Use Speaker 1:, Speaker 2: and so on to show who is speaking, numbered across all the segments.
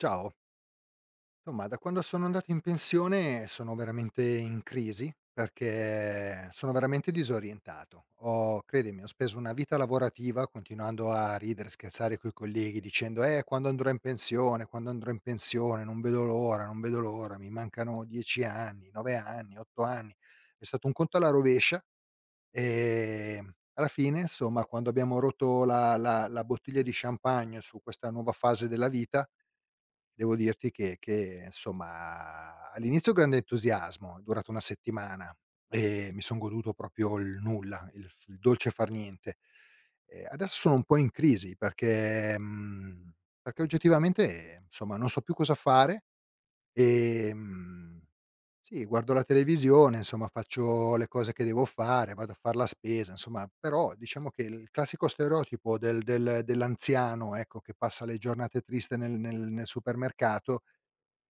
Speaker 1: Ciao, somma da quando sono andato in pensione sono veramente in crisi perché sono veramente disorientato. Ho Credimi, ho speso una vita lavorativa continuando a ridere, scherzare coi colleghi dicendo: quando andrò in pensione, quando andrò in pensione, non vedo l'ora, non vedo l'ora, mi mancano 10 anni, 9 anni, 8 anni". È stato un conto alla rovescia. Alla fine insomma quando abbiamo rotto la bottiglia di champagne su questa nuova fase della vita. Devo dirti che insomma all'inizio grande entusiasmo, è durata una settimana e mi son goduto proprio il nulla, il dolce far niente. Adesso sono un po' in crisi perché oggettivamente, insomma, non so più cosa fare. Ehm, sì, guardo la televisione, insomma faccio le cose che devo fare, vado a far la spesa, insomma, però diciamo che il classico stereotipo del dell'anziano, ecco, che passa le giornate triste nel supermercato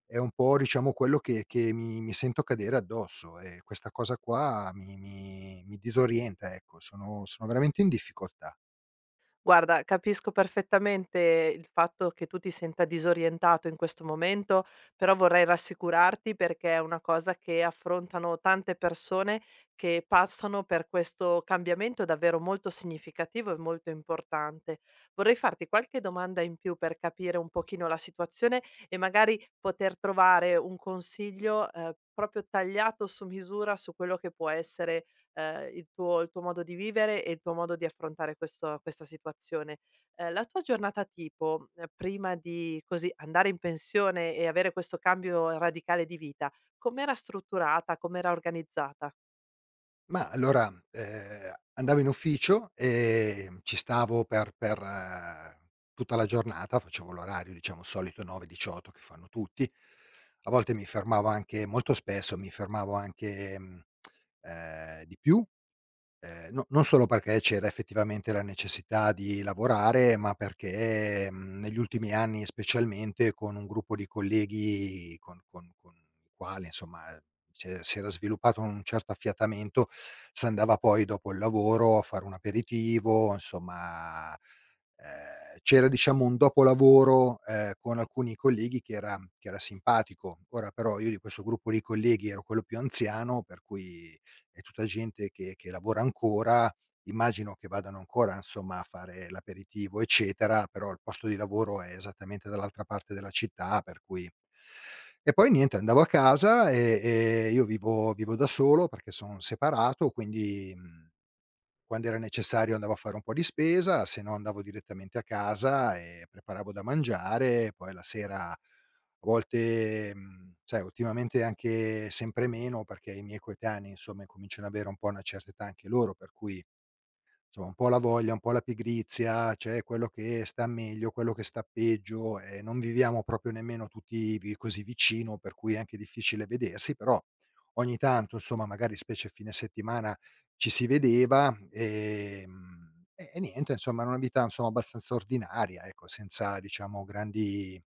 Speaker 1: è un po' diciamo quello che mi sento cadere addosso, e questa cosa qua mi disorienta, ecco, sono veramente in difficoltà.
Speaker 2: Guarda, capisco perfettamente il fatto che tu ti senta disorientato in questo momento, però vorrei rassicurarti perché è una cosa che affrontano tante persone che passano per questo cambiamento davvero molto significativo e molto importante. Vorrei farti qualche domanda in più per capire un pochino la situazione e magari poter trovare un consiglio, proprio tagliato su misura su quello che può essere il tuo modo di vivere e il tuo modo di affrontare questo questa situazione. La tua giornata tipo, prima di così andare in pensione e avere questo cambio radicale di vita, com'era strutturata, com'era organizzata?
Speaker 1: Ma allora, andavo in ufficio, ci stavo per tutta la giornata, facevo l'orario diciamo solito 9-18 che fanno tutti. A volte mi fermavo anche, molto spesso mi fermavo anche, di più. No, non solo perché c'era effettivamente la necessità di lavorare, ma perché, negli ultimi anni specialmente con un gruppo di colleghi con i quali insomma, si era sviluppato un certo affiatamento, si andava poi dopo il lavoro a fare un aperitivo, insomma, c'era diciamo un dopo lavoro, con alcuni colleghi che era simpatico. Ora però io di questo gruppo di colleghi ero quello più anziano, per cui è tutta gente che lavora ancora, immagino che vadano ancora, insomma, a fare l'aperitivo, eccetera, però il posto di lavoro è esattamente dall'altra parte della città, per cui e poi niente, andavo a casa e io vivo da solo perché son separato, quindi, mhmm quando era necessario andavo a fare un po' di spesa, se no andavo direttamente a casa e preparavo da mangiare, poi la sera a volte, sai, ultimamente anche sempre meno perché i miei coetanei insomma incominciano ad avere un po' una certa età anche loro, per cui insomma, un po' la voglia, un po' la pigrizia, c'è quello che sta meglio, quello che sta peggio e non viviamo proprio nemmeno tutti vi così vicino, per cui è anche difficile vedersi, però ogni tanto, insomma, magari specie fine settimana ci si vedeva, e niente, insomma, era una vita, insomma, abbastanza ordinaria, ecco, senza diciamo grandi,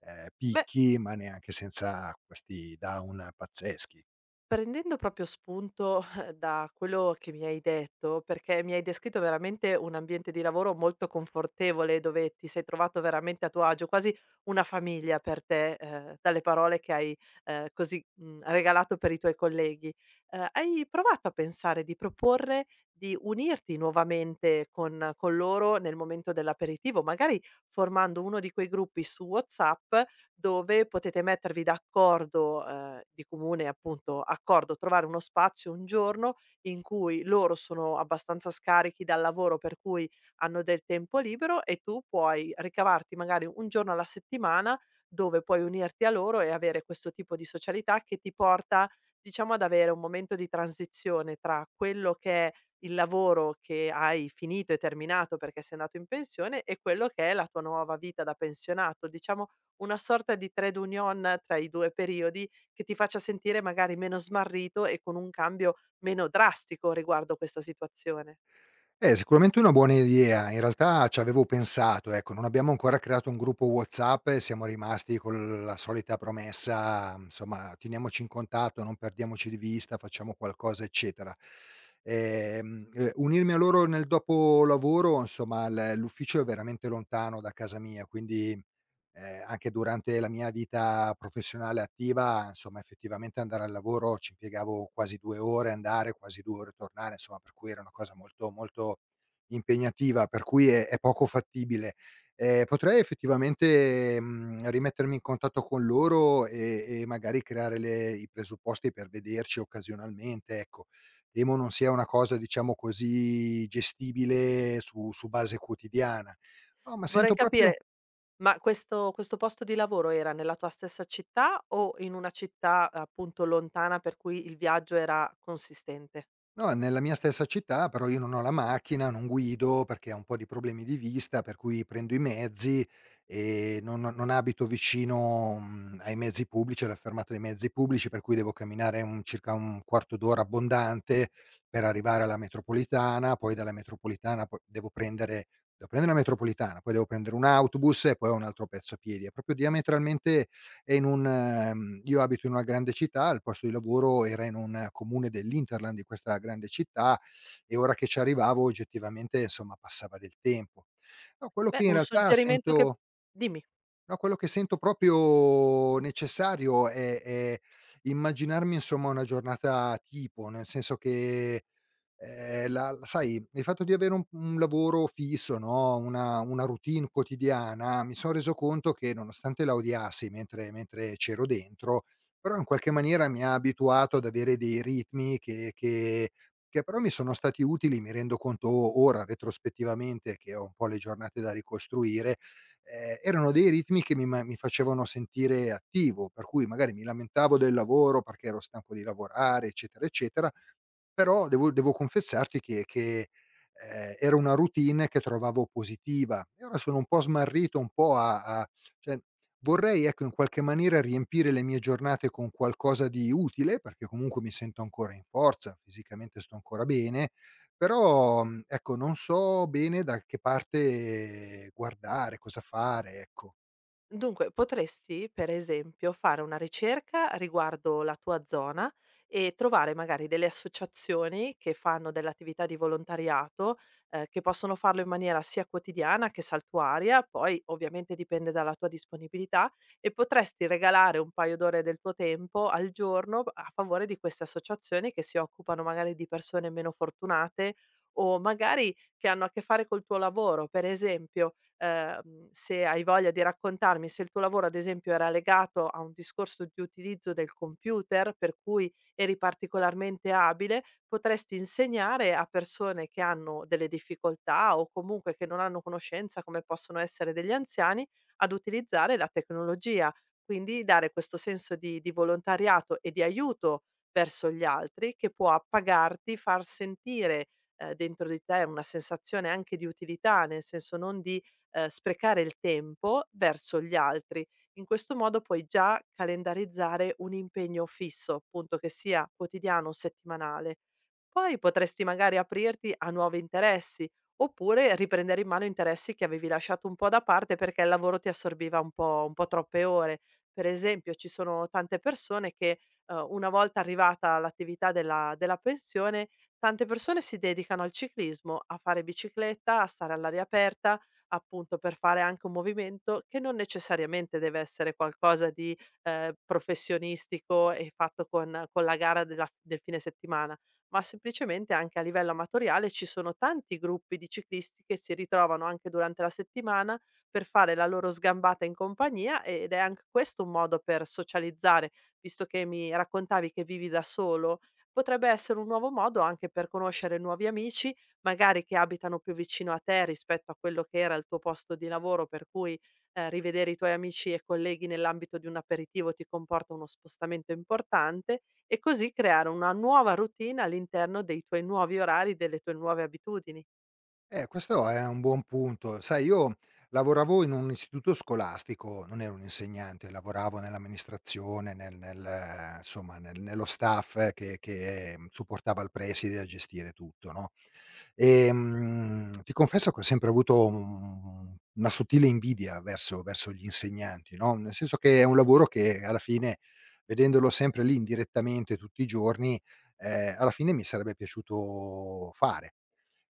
Speaker 2: Beh,
Speaker 1: picchi, ma neanche senza questi down pazzeschi.
Speaker 2: prendendo proprio spunto da quello che mi hai detto, perché mi hai descritto veramente un ambiente di lavoro molto confortevole, dove ti sei trovato veramente a tuo agio, quasi una famiglia per te, dalle parole che hai così regalato per i tuoi colleghi. Hai provato a pensare di proporre di unirti nuovamente con loro nel momento dell'aperitivo, magari formando uno di quei gruppi su WhatsApp dove potete mettervi d'accordo, di comune appunto accordo, trovare uno spazio, un giorno in cui loro sono abbastanza scarichi dal lavoro, per cui hanno del tempo libero e tu puoi ricavarti magari un giorno alla settimana dove puoi unirti a loro e avere questo tipo di socialità che ti porta, diciamo, ad avere un momento di transizione tra quello che è il lavoro che hai finito e terminato perché sei andato in pensione e quello che è la tua nuova vita da pensionato. Diciamo una sorta di trade union tra i 2 periodi che ti faccia sentire magari meno smarrito e con un cambio meno drastico riguardo questa situazione.
Speaker 1: Sicuramente una buona idea. In realtà ci avevo pensato, ecco, non abbiamo ancora creato un gruppo WhatsApp e siamo rimasti con la solita promessa, insomma, teniamoci in contatto, non perdiamoci di vista, facciamo qualcosa, eccetera. Unirmi a loro nel dopolavoro, insomma, l'ufficio è veramente lontano da casa mia, quindi anche durante la mia vita professionale attiva, insomma, effettivamente andare al lavoro ci impiegavo quasi 2 ore andare, quasi 2 ore tornare, insomma, per cui era una cosa molto, molto impegnativa, per cui è poco fattibile. Potrei effettivamente, rimettermi in contatto con loro e magari creare le i presupposti per vederci occasionalmente, ecco. Temo non sia una cosa, diciamo così, gestibile su base quotidiana. No, ma
Speaker 2: Vorrei
Speaker 1: sento proprio.
Speaker 2: capire, ma questo posto di lavoro era nella tua stessa città o in una città, appunto, lontana per cui il viaggio era consistente?
Speaker 1: No, nella mia stessa città, però io non ho la macchina, non guido perché ho un po' di problemi di vista, per cui prendo i mezzi e non abito vicino, ai mezzi pubblici, alla fermata dei mezzi pubblici, per cui devo camminare un circa un quarto d'ora abbondante per arrivare alla metropolitana, poi dalla metropolitana po devo prendere la metropolitana, poi devo prendere un autobus e poi un altro pezzo a piedi. È proprio diametralmente, e in un io abito in una grande città, il posto di lavoro era in un comune dell'hinterland di questa grande città e ora che ci arrivavo oggettivamente, insomma, passava del tempo. No, quello
Speaker 2: Beh,
Speaker 1: che in
Speaker 2: un
Speaker 1: realtà
Speaker 2: suggerimento che
Speaker 1: sento
Speaker 2: dimmi.
Speaker 1: no, quello che sento proprio necessario è immaginarmi, insomma, una giornata tipo, nel senso che la sai, il fatto di avere un lavoro fisso, no, una routine quotidiana, mi son reso conto che nonostante la odiassi mentre c'ero dentro, però in qualche maniera mi ha abituato ad avere dei ritmi che però mi sono stati utili. Mi rendo conto o ora retrospettivamente che ho un po' le giornate da ricostruire, erano dei ritmi che mi facevano sentire attivo, per cui magari mi lamentavo del lavoro perché ero stanco di lavorare, eccetera, eccetera, però devo confessarti che era una routine che trovavo positiva e ora sono un po' smarrito, un po' a a cioè vorrei, ecco, in qualche maniera riempire le mie giornate con qualcosa di utile, perché comunque mi sento ancora in forza, fisicamente sto ancora bene, però, ecco, non so bene da che parte guardare, cosa fare, ecco.
Speaker 2: Dunque, potresti, per esempio, fare una ricerca riguardo la tua zona e trovare magari delle associazioni che fanno dell'attività di volontariato, che possono farlo in maniera sia quotidiana che saltuaria, poi ovviamente dipende dalla tua disponibilità, e potresti regalare un paio d'ore del tuo tempo al giorno a favore di queste associazioni che si occupano magari di persone meno fortunate o magari che hanno a che fare col tuo lavoro. Per esempio, se hai voglia di raccontarmi se il tuo lavoro, ad esempio, era legato a un discorso di utilizzo del computer, per cui eri particolarmente abile, potresti insegnare a persone che hanno delle difficoltà o comunque che non hanno conoscenza, come possono essere degli anziani, ad utilizzare la tecnologia. Quindi dare questo senso di volontariato e di aiuto verso gli altri che può appagarti, far sentire, dentro di te una sensazione anche di utilità, nel senso non di sprecare il tempo verso gli altri. In questo modo puoi già calendarizzare un impegno fisso, appunto, che sia quotidiano o settimanale. Poi potresti magari aprirti a nuovi interessi, oppure riprendere in mano interessi che avevi lasciato un po' da parte perché il lavoro ti assorbiva un po' troppe ore. Per esempio, ci sono tante persone che una volta arrivata l'attività della pensione, tante persone si dedicano al ciclismo, a fare bicicletta, a stare all'aria aperta, appunto per fare anche un movimento che non necessariamente deve essere qualcosa di professionistico e fatto con la gara del fine settimana, ma semplicemente anche a livello amatoriale ci sono tanti gruppi di ciclisti che si ritrovano anche durante la settimana per fare la loro sgambata in compagnia ed è anche questo un modo per socializzare, visto che mi raccontavi che vivi da solo. Potrebbe essere un nuovo modo anche per conoscere nuovi amici, magari che abitano più vicino a te rispetto a quello che era il tuo posto di lavoro, per cui rivedere i tuoi amici e colleghi nell'ambito di un aperitivo ti comporta uno spostamento importante e così creare una nuova routine all'interno dei tuoi nuovi orari, delle tue nuove abitudini.
Speaker 1: Questo è un buon punto. Sai, io lavoravo in un istituto scolastico, non ero un insegnante, lavoravo nell'amministrazione, insomma, nello staff che supportava il preside a gestire tutto, no, ti confesso che ho sempre avuto un una sottile invidia verso gli insegnanti, no, nel senso che è un lavoro che alla fine, vedendolo sempre lì indirettamente tutti i giorni, alla fine mi sarebbe piaciuto fare.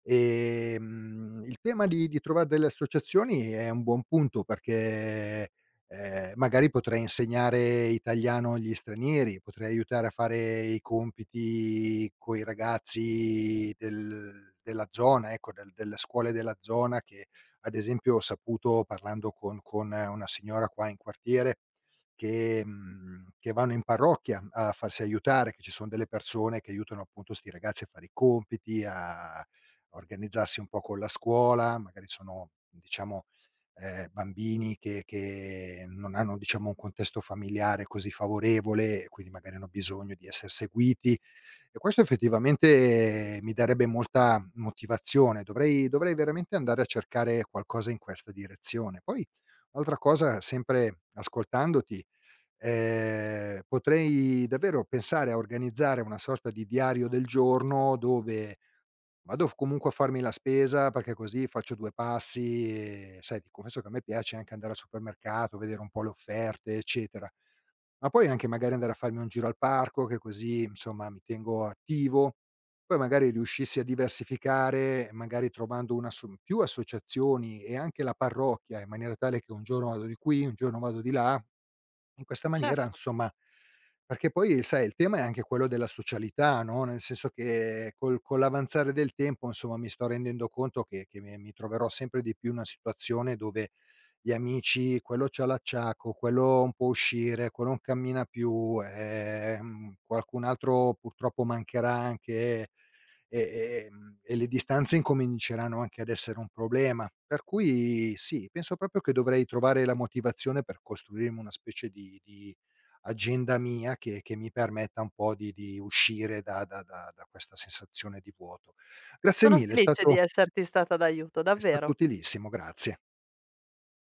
Speaker 1: Il tema di trovar delle associazioni è un buon punto perché, magari potrei insegnare italiano agli stranieri, potrei aiutare a fare i compiti coi ragazzi della zona, ecco, delle scuole della zona che, ad esempio, ho saputo parlando con una signora qua in quartiere che che vanno in parrocchia a farsi aiutare, che ci son delle persone che aiutano appunto 'sti ragazzi a fare i compiti, a organizzarsi un po' con la scuola, magari sono diciamo, bambini che non hanno diciamo un contesto familiare così favorevole e quindi magari hanno bisogno di esser seguiti, e questo effettivamente, mi darebbe molta motivazione. Dovrei veramente andare a cercare qualcosa in questa direzione. Poi un'altra cosa, sempre ascoltandoti, potrei davvero pensare a organizzare una sorta di diario del giorno dove Vado f comunque a farmi la spesa perché così faccio 2 passi e sai, ti confesso che a me piace anche andare al supermercato, vedere un po' le offerte, eccetera. Ma poi anche magari andare a farmi un giro al parco che così, insomma, mi tengo attivo. Poi magari riuscissi a diversificare, magari trovando una asso più associazioni e anche la parrocchia, in maniera tale che un giorno vado di qui, un giorno vado di là. In questa maniera,
Speaker 2: Certo.
Speaker 1: insomma, perché poi sai il tema è anche quello della socialità, no, nel senso che col con l'avanzare del tempo, insomma, mi sto rendendo conto che mi troverò sempre di più in una situazione dove gli amici, quello c'ha l'acciacco, quello non può uscire, quello non cammina più, qualcun altro purtroppo mancherà anche, e e le distanze incominceranno anche ad essere un problema. Per cui sì, penso proprio che dovrei trovare la motivazione per costruirmi una specie di agenda mia che mi permetta un po' di uscire da questa sensazione di vuoto. Grazie
Speaker 2: Sono
Speaker 1: mille, è
Speaker 2: felice di
Speaker 1: stato,
Speaker 2: esserti stata d'aiuto,
Speaker 1: è stato
Speaker 2: davvero.
Speaker 1: utilissimo, grazie.